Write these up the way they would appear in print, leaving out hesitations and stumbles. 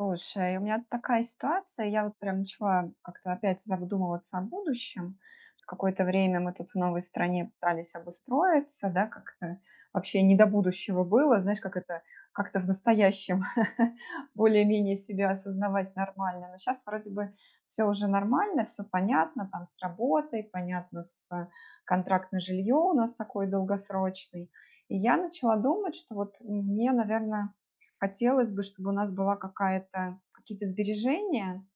Слушай, у меня такая ситуация, я вот прям начала как-то опять задумываться о будущем. Какое-то время мы тут в новой стране пытались обустроиться, да, как-то вообще не до будущего было, знаешь, как это как-то в настоящем более-менее себя осознавать нормально. Но сейчас вроде бы все уже нормально, все понятно, там с работой, понятно с контракт на жилье у нас такой долгосрочный. И я начала думать, что вот мне, наверное, хотелось бы, чтобы у нас была какая-то какие-то сбережения,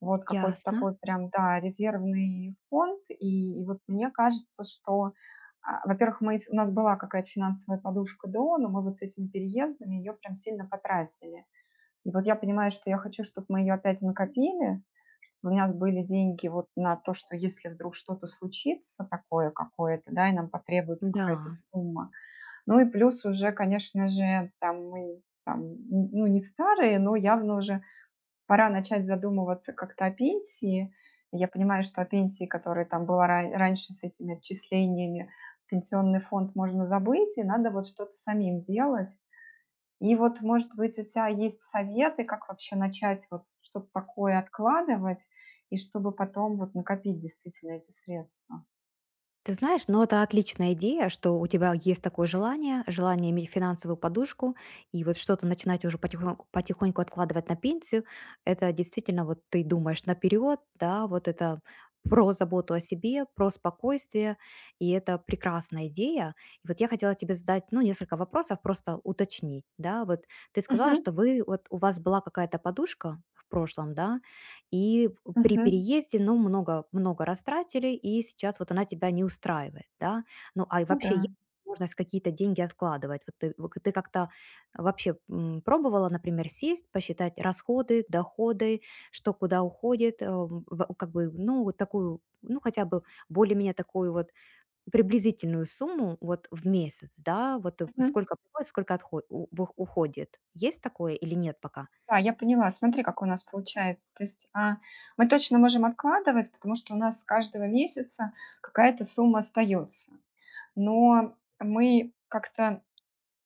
вот какой-то Ясно, такой прям, да, резервный фонд. И вот мне кажется, что, во-первых, у нас была какая-то финансовая подушка до, но мы вот с этими переездами ее прям сильно потратили. И вот я понимаю, что я хочу, чтобы мы ее опять накопили, чтобы у нас были деньги вот на то, что если вдруг что-то случится такое какое-то, да, и нам потребуется какая-то да. сумма, ну и плюс уже, конечно же, там мы там, н ну, не старые, но явно уже пора начать задумываться как-то о пенсии. Я понимаю, что о пенсии, которая там была ра раньше с этими отчислениями в пенсионный фонд, можно забыть, и надо вот что-то самим делать. И вот, может быть, у тебя есть советы, как вообще начать вот что-то такое откладывать, и чтобы потом вот накопить действительно эти средства? Ты знаешь, но это отличная идея, что у тебя есть такое желание, желание иметь финансовую подушку и вот что-то начинать уже потихоньку, потихоньку откладывать на пенсию. Это действительно вот ты думаешь наперед, да, вот это про заботу о себе, про спокойствие, и это прекрасная идея. И вот я хотела тебе задать, ну, несколько вопросов, просто уточнить, да, вот ты сказала, Мгм. что вот у вас была какая-то подушка в прошлом, да, и при Мгм. переезде, ну, много много растратили, и сейчас вот она тебя не устраивает, да. Ну, а и Ну вообще есть да. возможность какие-то деньги откладывать? Вот ты как-то вообще, пробовала, например, сесть, посчитать расходы, доходы, что куда уходит, в как бы, ну, вот такую, ну, хотя бы более-менее такую вот приблизительную сумму вот в месяц, да, вот сколько приходит, сколько отход у вых уходит. Есть такое или нет пока? Да, я поняла. Смотри, как у нас получается. То есть, мы точно можем откладывать, потому что у нас с каждого месяца какая-то сумма остается. Но мы как-то,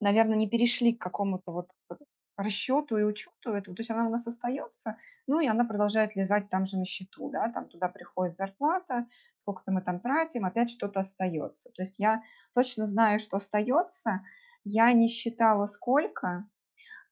наверное, не перешли к какому-то вот э, расчету и учету этого. То есть она у нас остается, ну и она продолжает лежать там же на счету, да, там туда приходит зарплата, сколько-то мы там тратим, опять что-то остается. То есть я точно знаю, что остается. Я не считала, сколько,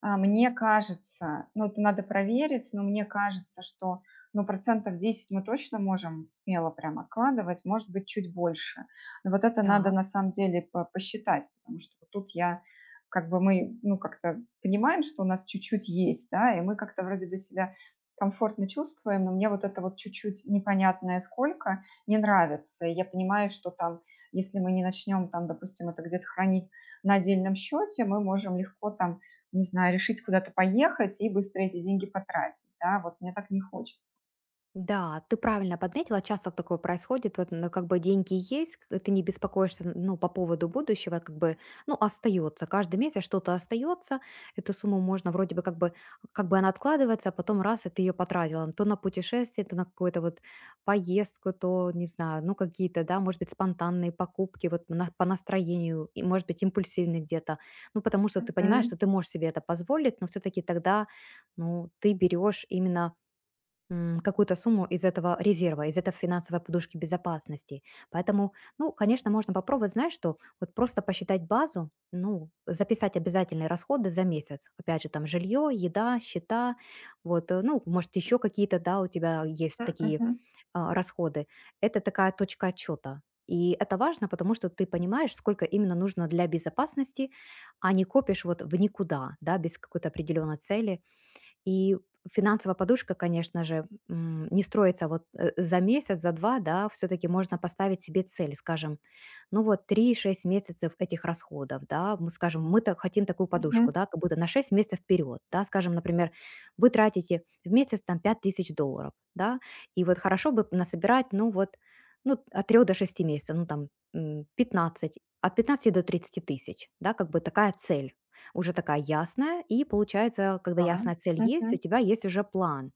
мне кажется, ну, это надо проверить, но мне кажется, что, ну, процентов 10 мы точно можем смело прям откладывать, может быть, чуть больше. Но вот это надо Так. на самом деле посчитать, потому что вот тут я как бы мы, ну, как-то понимаем, что у нас чуть-чуть есть, да, и мы как-то вроде бы себя комфортно чувствуем, но мне вот это вот чуть-чуть непонятное сколько не нравится. И я понимаю, что там, если мы не начнем там, допустим, это где-то хранить на отдельном счете, мы можем легко там не знаю, решить куда-то поехать и быстро эти деньги потратить, да, вот мне так не хочется. Да, ты правильно подметила, часто такое происходит, вот, ну, как бы деньги есть, ты не беспокоишься, ну, по поводу будущего, как бы, ну, остается, каждый месяц что-то остается, эту сумму можно вроде бы как бы, как бы она откладывается, а потом раз, и ты ее потратила, то на путешествие, то на какую-то вот поездку, то, не знаю, ну, какие-то, да, может быть, спонтанные покупки, вот по настроению, и, может быть, импульсивные где-то, ну, потому что ты понимаешь, Мгм. что ты можешь себе это позволить, но все-таки тогда, ну, ты берешь именно какую-то сумму из этого резерва, из этой финансовой подушки безопасности. Поэтому, ну, конечно, можно попробовать, знаешь, что вот просто посчитать базу, ну, записать обязательные расходы за месяц. Опять же, там жилье, еда, счета, вот, ну, может, еще какие-то, да, у тебя есть такие Мгм, расходы. Это такая точка отчета. И это важно, потому что ты понимаешь, сколько именно нужно для безопасности, а не копишь вот в никуда, да, без какой-то определенной цели, и финансовая подушка, конечно же, не строится вот за месяц, за два, да, все-таки можно поставить себе цель, скажем, ну вот три-шесть месяцев этих расходов, да, мы скажем, мы так хотим такую мгм. подушку, да, как будто на 6 месяцев вперед, да, скажем, например, вы тратите в месяц там 5000 долларов, да, и вот хорошо бы насобирать, ну вот, ну, от 3 до шести месяцев, ну там 15, от 15 до 30 тысяч, да, как бы такая цель уже такая ясная, и получается, когда Да. ясная цель есть, у Мгм. тебя есть уже план.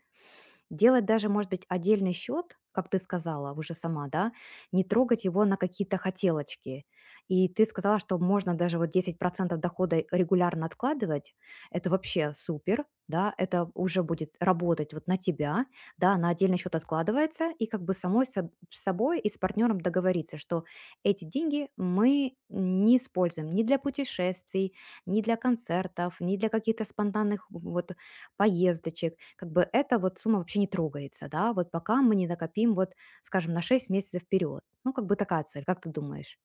Делать даже, может быть, отдельный счет, как ты сказала уже сама, да, не трогать его на какие-то хотелочки. И ты сказала, что можно даже вот 10% дохода регулярно откладывать. Это вообще супер, да, это уже будет работать вот на тебя, да, на отдельный счет откладывается, и как бы самой с собой и с партнером договориться, что эти деньги мы не используем ни для путешествий, ни для концертов, ни для каких-то спонтанных вот поездочек, как бы эта вот сумма вообще не трогается, да, вот пока мы не накопим вот, скажем, на 6 месяцев вперед. Ну, как бы такая цель, как ты думаешь?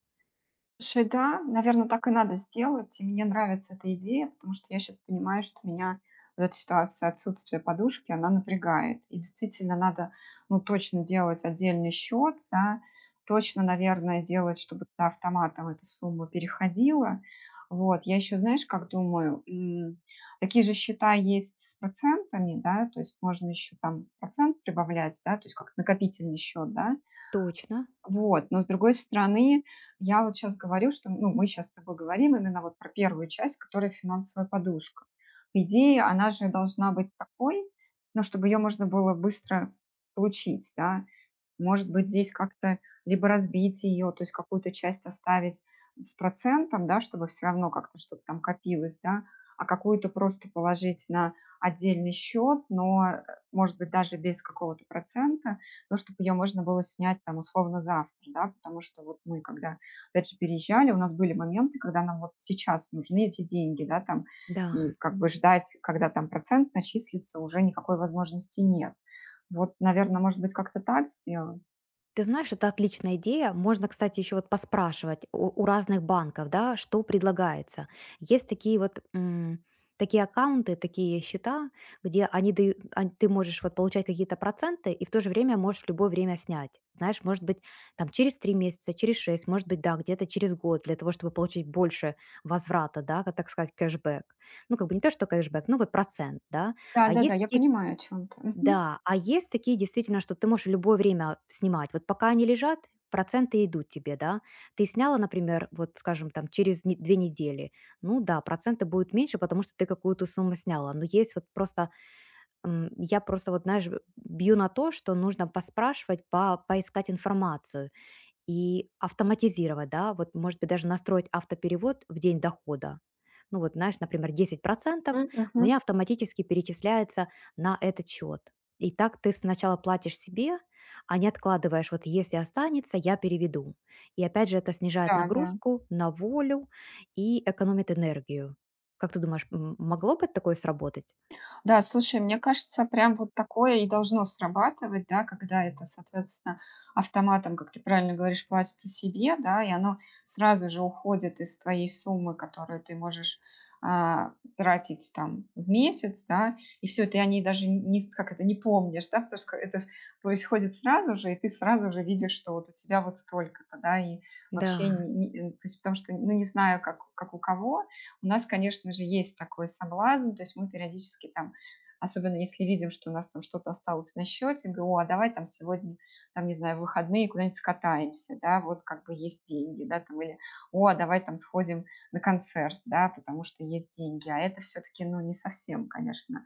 Слушай, да, наверно, так и надо сделать. И мне нравится эта идея, потому что я сейчас понимаю, что меня вот эта ситуация отсутствия подушки, она напрягает. И действительно надо, ну, точно делать отдельный счет, да, точно, наверное, делать, чтобы туда автоматом эта сумма переходила. Вот. Я еще, знаешь, как думаю, такие же счета есть с процентами, да, то есть можно еще там процент прибавлять, да, то есть как накопительный счет, да. Точно. Вот, но с другой стороны, я вот сейчас говорю, что, ну, мы сейчас с тобой говорим именно вот про первую часть, которая финансовая подушка. По идее, она же должна быть такой, ну, чтобы ее можно было быстро получить, да. Может быть, здесь как-то либо разбить ее, то есть какую-то часть оставить с процентом, да, чтобы все равно как-то что-то там копилось, да, а какую-то просто положить на отдельный счет, но, может быть, даже без какого-то процента, то, чтобы ее можно было снять там условно завтра, да, потому что вот мы, когда, опять же, переезжали, у нас были моменты, когда нам вот сейчас нужны эти деньги, да, там, и Да. как бы ждать, когда там процент начислится, уже никакой возможности нет. Вот, наверное, может быть, как-то так сделать? Ты знаешь, это отличная идея. Можно, кстати, еще вот поспрашивать у разных банков, да, что предлагается. Есть такие вот такие аккаунты, такие счета, где они дают, ты можешь вот получать какие-то проценты и в то же время можешь в любое время снять. Знаешь, может быть, там через 3 месяца, через шесть, может быть, да, где-то через год для того, чтобы получить больше возврата, да, как так сказать, кэшбэк. Ну, как бы не то, что кэшбэк, ну вот процент, да. А Да-да-да, есть я такие понимаю, о чем ты. Мгм. да, а есть такие действительно, что ты можешь в любое время снимать. Вот пока они лежат, проценты идут тебе, да. Ты сняла, например, вот, скажем, там через 2 недели. Ну да, проценты будут меньше, потому что ты какую-то сумму сняла. Но есть вот просто, я просто вот, знаешь, бью на то, что нужно поспрашивать, поискать информацию. И автоматизировать, да, вот, может быть, даже настроить автоперевод в день дохода. Ну вот, знаешь, например, 10% у Мгм. меня автоматически перечисляется на этот счет. И так ты сначала платишь себе, а не откладываешь, вот если останется, я переведу. И опять же, это снижает Да, да. нагрузку на волю и экономит энергию. Как ты думаешь, могло бы такое сработать? Да, слушай, мне кажется, прям вот такое и должно срабатывать, да, когда это, соответственно, автоматом, как ты правильно говоришь, платится себе, да, и оно сразу же уходит из твоей суммы, которую ты можешь а, тратить там в месяц, да, и все, ты о ней даже не, как это, не помнишь, да, потому что это происходит сразу же, и ты сразу же видишь, что вот у тебя вот столько-то, да, и вообще, Да. То есть потому что, ну, не знаю, как у кого, у нас, конечно же, есть такой соблазн, то есть мы периодически там особенно если видим, что у нас там что-то осталось на счете, говорю, о, а давай там сегодня, там, не знаю, в выходные куда-нибудь скатаемся, да, вот как бы есть деньги, да, там, или, о, а давай там сходим на концерт, да, потому что есть деньги, а это все-таки, ну, не совсем, конечно,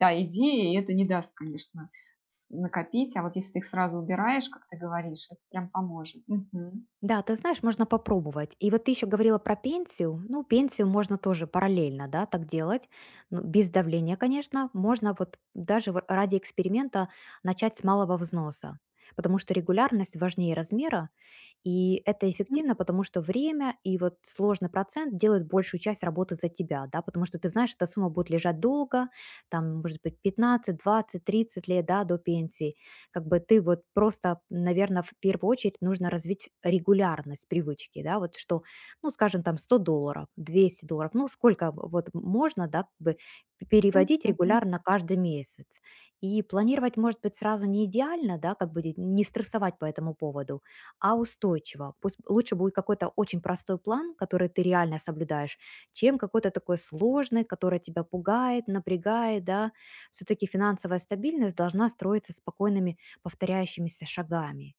да, идея, и это не даст, конечно, накопить, а вот если ты их сразу убираешь, как ты говоришь, это прям поможет. Мгм. Да, ты знаешь, можно попробовать. И вот ты еще говорила про пенсию. Ну, пенсию можно тоже параллельно, да, так делать. Ну, без давления, конечно. Можно вот даже вот ради эксперимента начать с малого взноса. Потому что регулярность важнее размера, и это Мгм. эффективно, потому что время и вот сложный процент делают большую часть работы за тебя, да, потому что ты знаешь, эта сумма будет лежать долго, там, может быть, 15, 20, 30 лет, да, до пенсии, как бы ты вот просто, наверное, в первую очередь нужно развить регулярность привычки, да, вот что, ну, скажем, там 100 долларов, 200 долларов, ну, сколько вот можно, да, как бы переводить Мгм. регулярно каждый месяц. И планировать, может быть, сразу не идеально, да, как бы не стрессовать по этому поводу, а устойчиво. Пусть лучше будет какой-то очень простой план, который ты реально соблюдаешь, чем какой-то такой сложный, который тебя пугает, напрягает, да. Все-таки финансовая стабильность должна строиться спокойными повторяющимися шагами.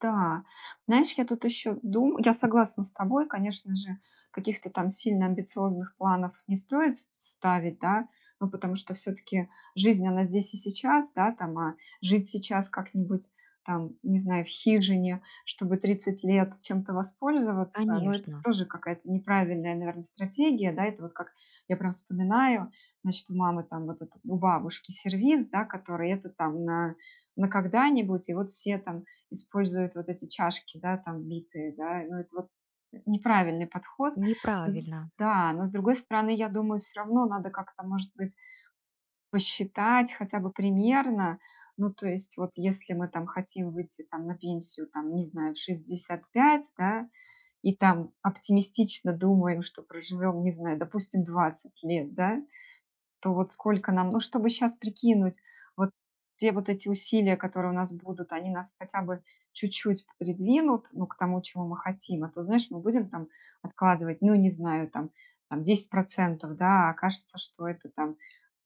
Да, знаешь, я тут еще думаю, я согласна с тобой, конечно же, каких-то там сильно амбициозных планов не стоит с ставить, да, ну, потому что все-таки жизнь, она здесь и сейчас, да, там, а жить сейчас как-нибудь, там, не знаю, в хижине, чтобы 30 лет чем-то воспользоваться, ну, это Конечно, тоже какая-то неправильная, наверное, стратегия, да, это вот как я прям вспоминаю, значит, у мамы там вот этот, у бабушки сервиз, да, который это там на когда-нибудь, и вот все там используют вот эти чашки, да, там битые, да, ну это вот неправильный подход. С- неправильно. Да, но с другой стороны, я думаю, все равно надо как-то, может быть, посчитать хотя бы примерно, ну то есть вот если мы там хотим выйти там на пенсию, там, не знаю, в 65, да, и там оптимистично думаем, что проживем, не знаю, допустим, 20 лет, да, то вот сколько нам, ну, чтобы сейчас прикинуть, вот те вот эти усилия, которые у нас будут, они нас хотя бы чуть-чуть придвинут, ну, к тому, чего мы хотим, а то, знаешь, мы будем там откладывать, ну, не знаю, там, там 10% да, а окажется, что это там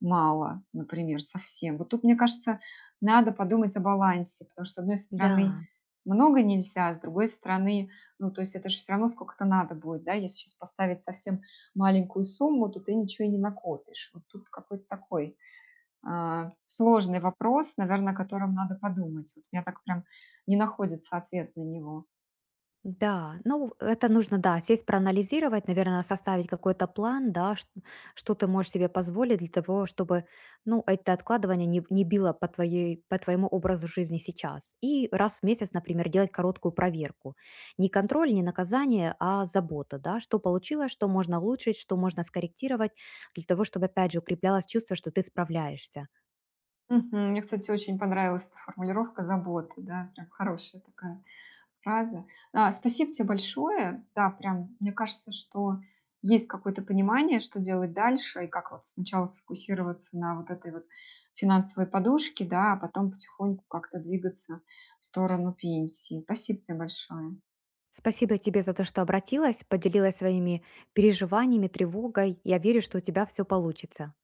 мало, например, совсем. Вот тут, мне кажется, надо подумать о балансе, потому что, с одной стороны, Да, много нельзя, а с другой стороны, ну, то есть это же все равно сколько-то надо будет, да, если сейчас поставить совсем маленькую сумму, то ты ничего и не накопишь. Вот тут какой-то такой сложный вопрос, наверное, о котором надо подумать. Вот у меня так прям не находится ответ на него. да. Ну, это нужно, да, сесть, проанализировать, наверное, составить какой-то план, да, что ты можешь себе позволить для того, чтобы, ну, это откладывание не било по, твоей, по твоему образу жизни сейчас. И раз в месяц, например, делать короткую проверку. Не контроль, не наказание, а забота, да, что получилось, что можно улучшить, что можно скорректировать, для того, чтобы, опять же, укреплялось чувство, что ты справляешься. Мгм. Мне, кстати, очень понравилась эта формулировка заботы, да, прям хорошая такая фраза. А, спасибо тебе большое. Да, прям, мне кажется, что есть какое-то понимание, что делать дальше, и как вот сначала сфокусироваться на вот этой вот финансовой подушке, да, а потом потихоньку как-то двигаться в сторону пенсии. Спасибо тебе большое. Спасибо тебе за то, что обратилась, поделилась своими переживаниями, тревогой. Я верю, что у тебя все получится.